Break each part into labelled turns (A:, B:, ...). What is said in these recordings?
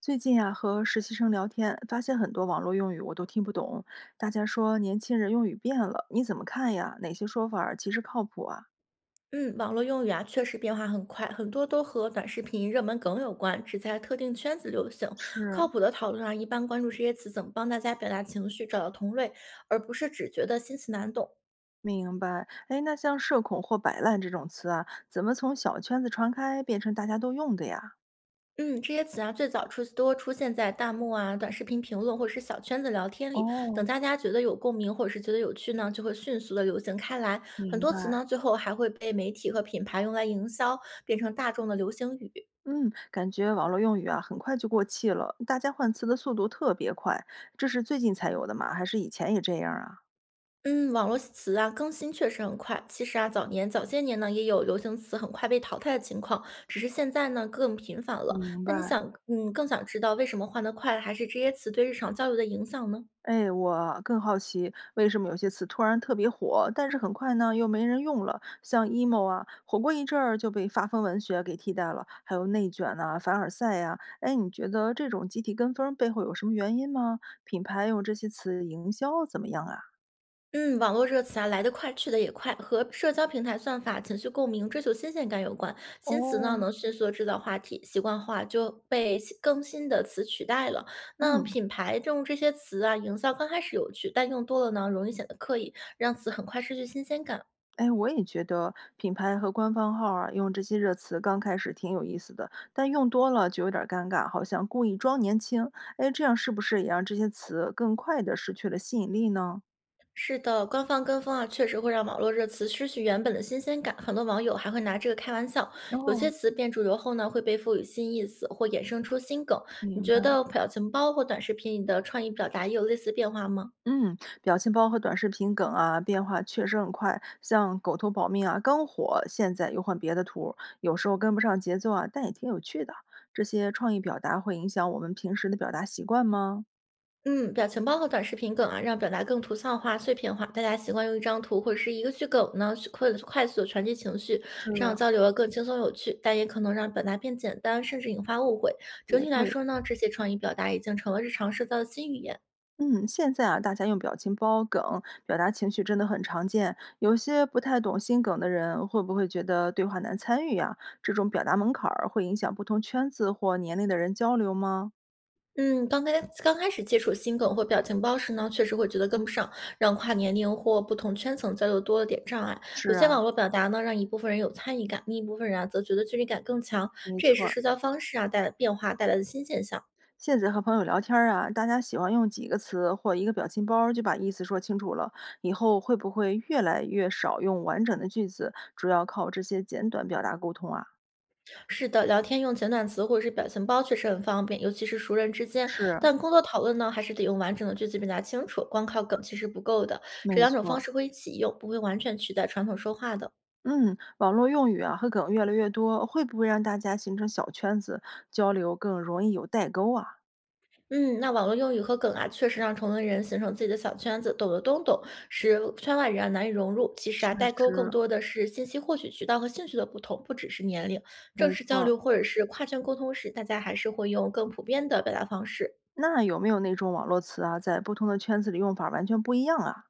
A: 最近啊，和实习生聊天，发现很多网络用语我都听不懂。大家说年轻人用语变了，你怎么看呀？哪些说法儿其实靠谱啊？
B: 嗯，网络用语啊，确实变化很快，很多都和短视频热门梗有关，只在特定圈子流行。
A: 是。
B: 靠谱的讨论啊，一般关注这些词怎么帮大家表达情绪，找到同类，而不是只觉得新词难懂。
A: 明白。哎，那像社恐或摆烂这种词啊，怎么从小圈子传开变成大家都用的呀？
B: 嗯，这些词啊，最早出现在弹幕啊、短视频评论或者是小圈子聊天里。等
A: 哦。
B: 大家觉得有共鸣或者是觉得有趣呢，就会迅速的流行开来。很
A: 明
B: 多
A: 白。
B: 词呢，最后还会被媒体和品牌用来营销，变成大众的流行语。
A: 嗯，感觉网络用语啊，很快就过气了，大家换词的速度特别快。这是最近才有的吗？还是以前也这样啊？
B: 嗯，网络词啊更新确实很快。其实啊，早些年呢，也有流行词很快被淘汰的情况，只是现在呢更频繁了。
A: 明
B: 那你
A: 白。
B: 想，更想知道为什么换得快，还是这些词对日常交流的影响呢？
A: 哎，我更好奇为什么有些词突然特别火，但是很快呢又没人用了。像 emo 啊，火过一阵儿就被发疯文学给替代了，还有内卷呐、凡尔赛呀、哎，你觉得这种集体跟风背后有什么原因吗？品牌用这些词营销怎么样啊？
B: 嗯，网络热词啊来得快，去得也快，和社交平台算法、情绪共鸣、追求新鲜感有关。新词呢
A: 哦。
B: 能迅速地制造话题，习惯化就被新更新的词取代了。那
A: 嗯。
B: 品牌用这些词啊，营销刚开始有趣，但用多了呢，容易显得刻意，让词很快失去新鲜感。
A: 哎，我也觉得品牌和官方号啊，用这些热词刚开始挺有意思的，但用多了就有点儿尴尬，好像故意装年轻。哎，这样是不是也让这些词更快的失去了吸引力呢？
B: 是的，官方跟风啊，确实会让网络热词失去原本的新鲜感。很多网友还会拿这个开玩笑，有些
A: 哦。
B: 词变主流后呢，会被赋予新意思或衍生出新梗。你
A: 明
B: 觉
A: 白。
B: 得表情包或短视频里的创意表达也有类似变化吗？
A: 嗯，表情包和短视频梗啊，变化确实很快。像“狗头保命”啊，刚火，现在又换别的图儿，有时候跟不上节奏啊，但也挺有趣的。这些创意表达会影响我们平时的表达习惯吗？
B: 嗯，表情包和短视频梗啊，让表达更图像化、碎片化，大家习惯用一张图或者是一个句梗呢，去快速的传递情绪，这样
A: 是。
B: 交流啊更轻松有趣，但也可能让表达变简单，甚至引发误会。整
A: 也
B: 体来
A: 对。
B: 说呢，这些创意表达已经成了日常社交的新语言。
A: 嗯，现在啊，大家用表情包梗表达情绪真的很常见。有些不太懂心梗的人，会不会觉得对话难参与呀、这种表达门槛儿会影响不同圈子或年龄的人交流吗？
B: 嗯，刚开始接触新梗或表情包时呢，确实会觉得跟不上，让跨年龄或不同圈层交流多了点障碍。
A: 是
B: 有些
A: 啊。
B: 网络表达呢，让一部分人有参与感，另一部分人啊，则觉得距离感更强。
A: 没
B: 这也
A: 错
B: 是
A: 儿。
B: 社交方式啊带来的新现象。
A: 现在和朋友聊天儿啊，大家喜欢用几个词或一个表情包儿就把意思说清楚了。以后会不会越来越少用完整的句子，主要靠这些简短表达沟通啊？
B: 是的，聊天用简短词或者是表情包确实很方便，尤其是熟人之间。
A: 是。
B: 但工作讨论呢，还是得用完整的句子表达清楚，光靠梗其实不够的。这
A: 没
B: 两种
A: 错
B: 方
A: 儿。
B: 式会一起用，不会完全取代传统说话的。
A: 嗯，网络用语啊和梗越来越多，会不会让大家形成小圈子交流，更容易有代沟啊？
B: 嗯，那网络用语和梗啊，确实让同龄人形成自己的小圈子，懂得都懂，使圈外人啊难以融入。其实
A: 确
B: 啊，代沟更
A: 实。
B: 多的是信息获取渠道和兴趣的不同，不只是年龄。正
A: 没
B: 式
A: 错
B: 交
A: 儿。
B: 流或者是跨圈沟通时，大家还是会用更普遍的表达方式。
A: 那有没有那种网络词啊，在不同的圈子里用法完全不一样啊？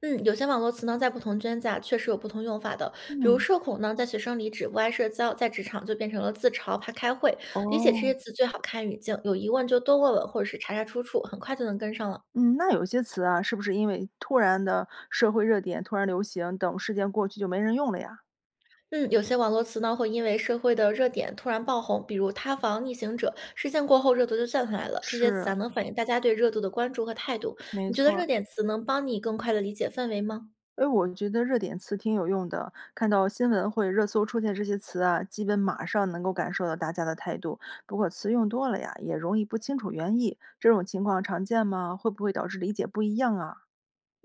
B: 嗯，有些网络词呢，在不同圈子啊，确实有不同用法的。比如
A: 嗯。
B: 社恐呢，在学生里指不爱社交，在职场就变成了自嘲、怕开会。理解这
A: 哦。
B: 些词最好看语境，有疑问就多问问，或者是查查出处，很快就能跟上了。
A: 嗯，那有些词啊，是不是因为突然的社会热点突然流行，等事件过去就没人用了呀？
B: 嗯，有些网络词呢会因为社会的热点突然爆红，比如"塌房""逆行者"，事件过后热度就降下来了。这些词
A: 是。
B: 啊能反映大家对热度的关注和态度。
A: 没
B: 你觉得
A: 错
B: 热
A: 儿。
B: 点词能帮你更快的理解氛围吗？
A: 哎，我觉得热点词挺有用的，看到新闻或者热搜出现这些词啊，基本马上能够感受到大家的态度。不过词用多了呀，也容易不清楚原意，这种情况常见吗？会不会导致理解不一样啊？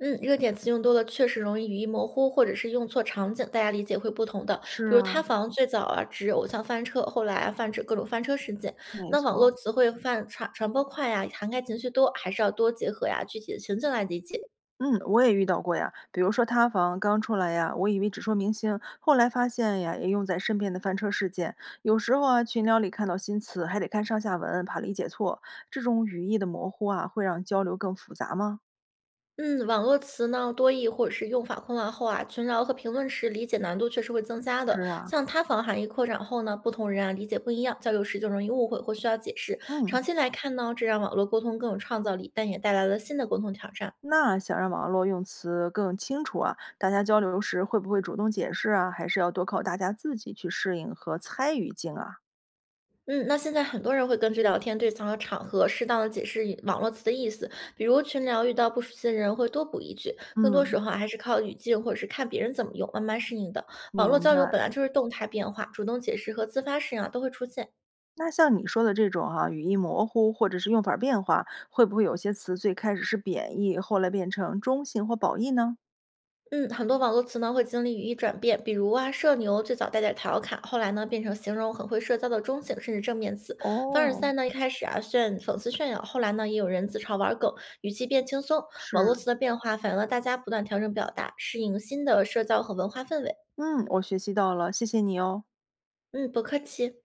B: 嗯，热点词用多了确实容易语义模糊，或者是用错场景，大家理解会不同的。
A: 是
B: 比如
A: 啊。
B: “塌房"最早啊指偶像翻车，后来啊泛指各种翻车事件。
A: 没
B: 那网
A: 错儿。
B: 络词汇传播快呀，涵盖情绪多，还是要多结合呀具体的情境来理解。
A: 嗯，我也遇到过呀。比如说塌房刚出来呀，我以为只说明星，后来发现呀，也用在身边的翻车事件。有时候啊，群聊里看到新词，还得看上下文，怕理解错。这种语义的模糊啊，会让交流更复杂吗？
B: 嗯，网络词呢多义或者是用法混乱后啊，群聊和评论时理解难度确实会增加的。
A: 是啊。
B: 像塌房含义扩展后呢，不同人啊理解不一样，交流时就容易误会或需要解释。
A: 嗯。
B: 长期来看呢，这让网络沟通更有创造力，但也带来了新的沟通挑战。
A: 那想让网络用词更清楚啊，大家交流时会不会主动解释啊？还是要多靠大家自己去适应和猜语境啊？
B: 嗯，那现在很多人会根据聊天对象和场合，适当的解释以网络词的意思。比如群聊遇到不熟悉的人，会多补一句。更多时
A: 嗯。
B: 候啊还是靠语境或者是看别人怎么用，慢慢适应的。网络
A: 明
B: 交流
A: 白。
B: 本来就是动态变化，主动解释和自发适应啊，都会出现。
A: 那像你说的这种哈、语义模糊或者是用法儿变化，会不会有些词最开始是贬义，后来变成中性或褒义呢？
B: 嗯，很多网络词呢会经历语义转变，比如啊，社牛最早带点调侃，后来呢变成形容很会社交的中性甚至正面词。凡尔
A: 哦。
B: 赛呢一开始啊讽刺炫耀，后来呢也有人自嘲玩梗，语气变轻松。网络
A: 是。
B: 词的变化反映了大家不断调整表达，适应新的社交和文化氛围。
A: 嗯，我学习到了，谢谢你哦。
B: 嗯，不客气。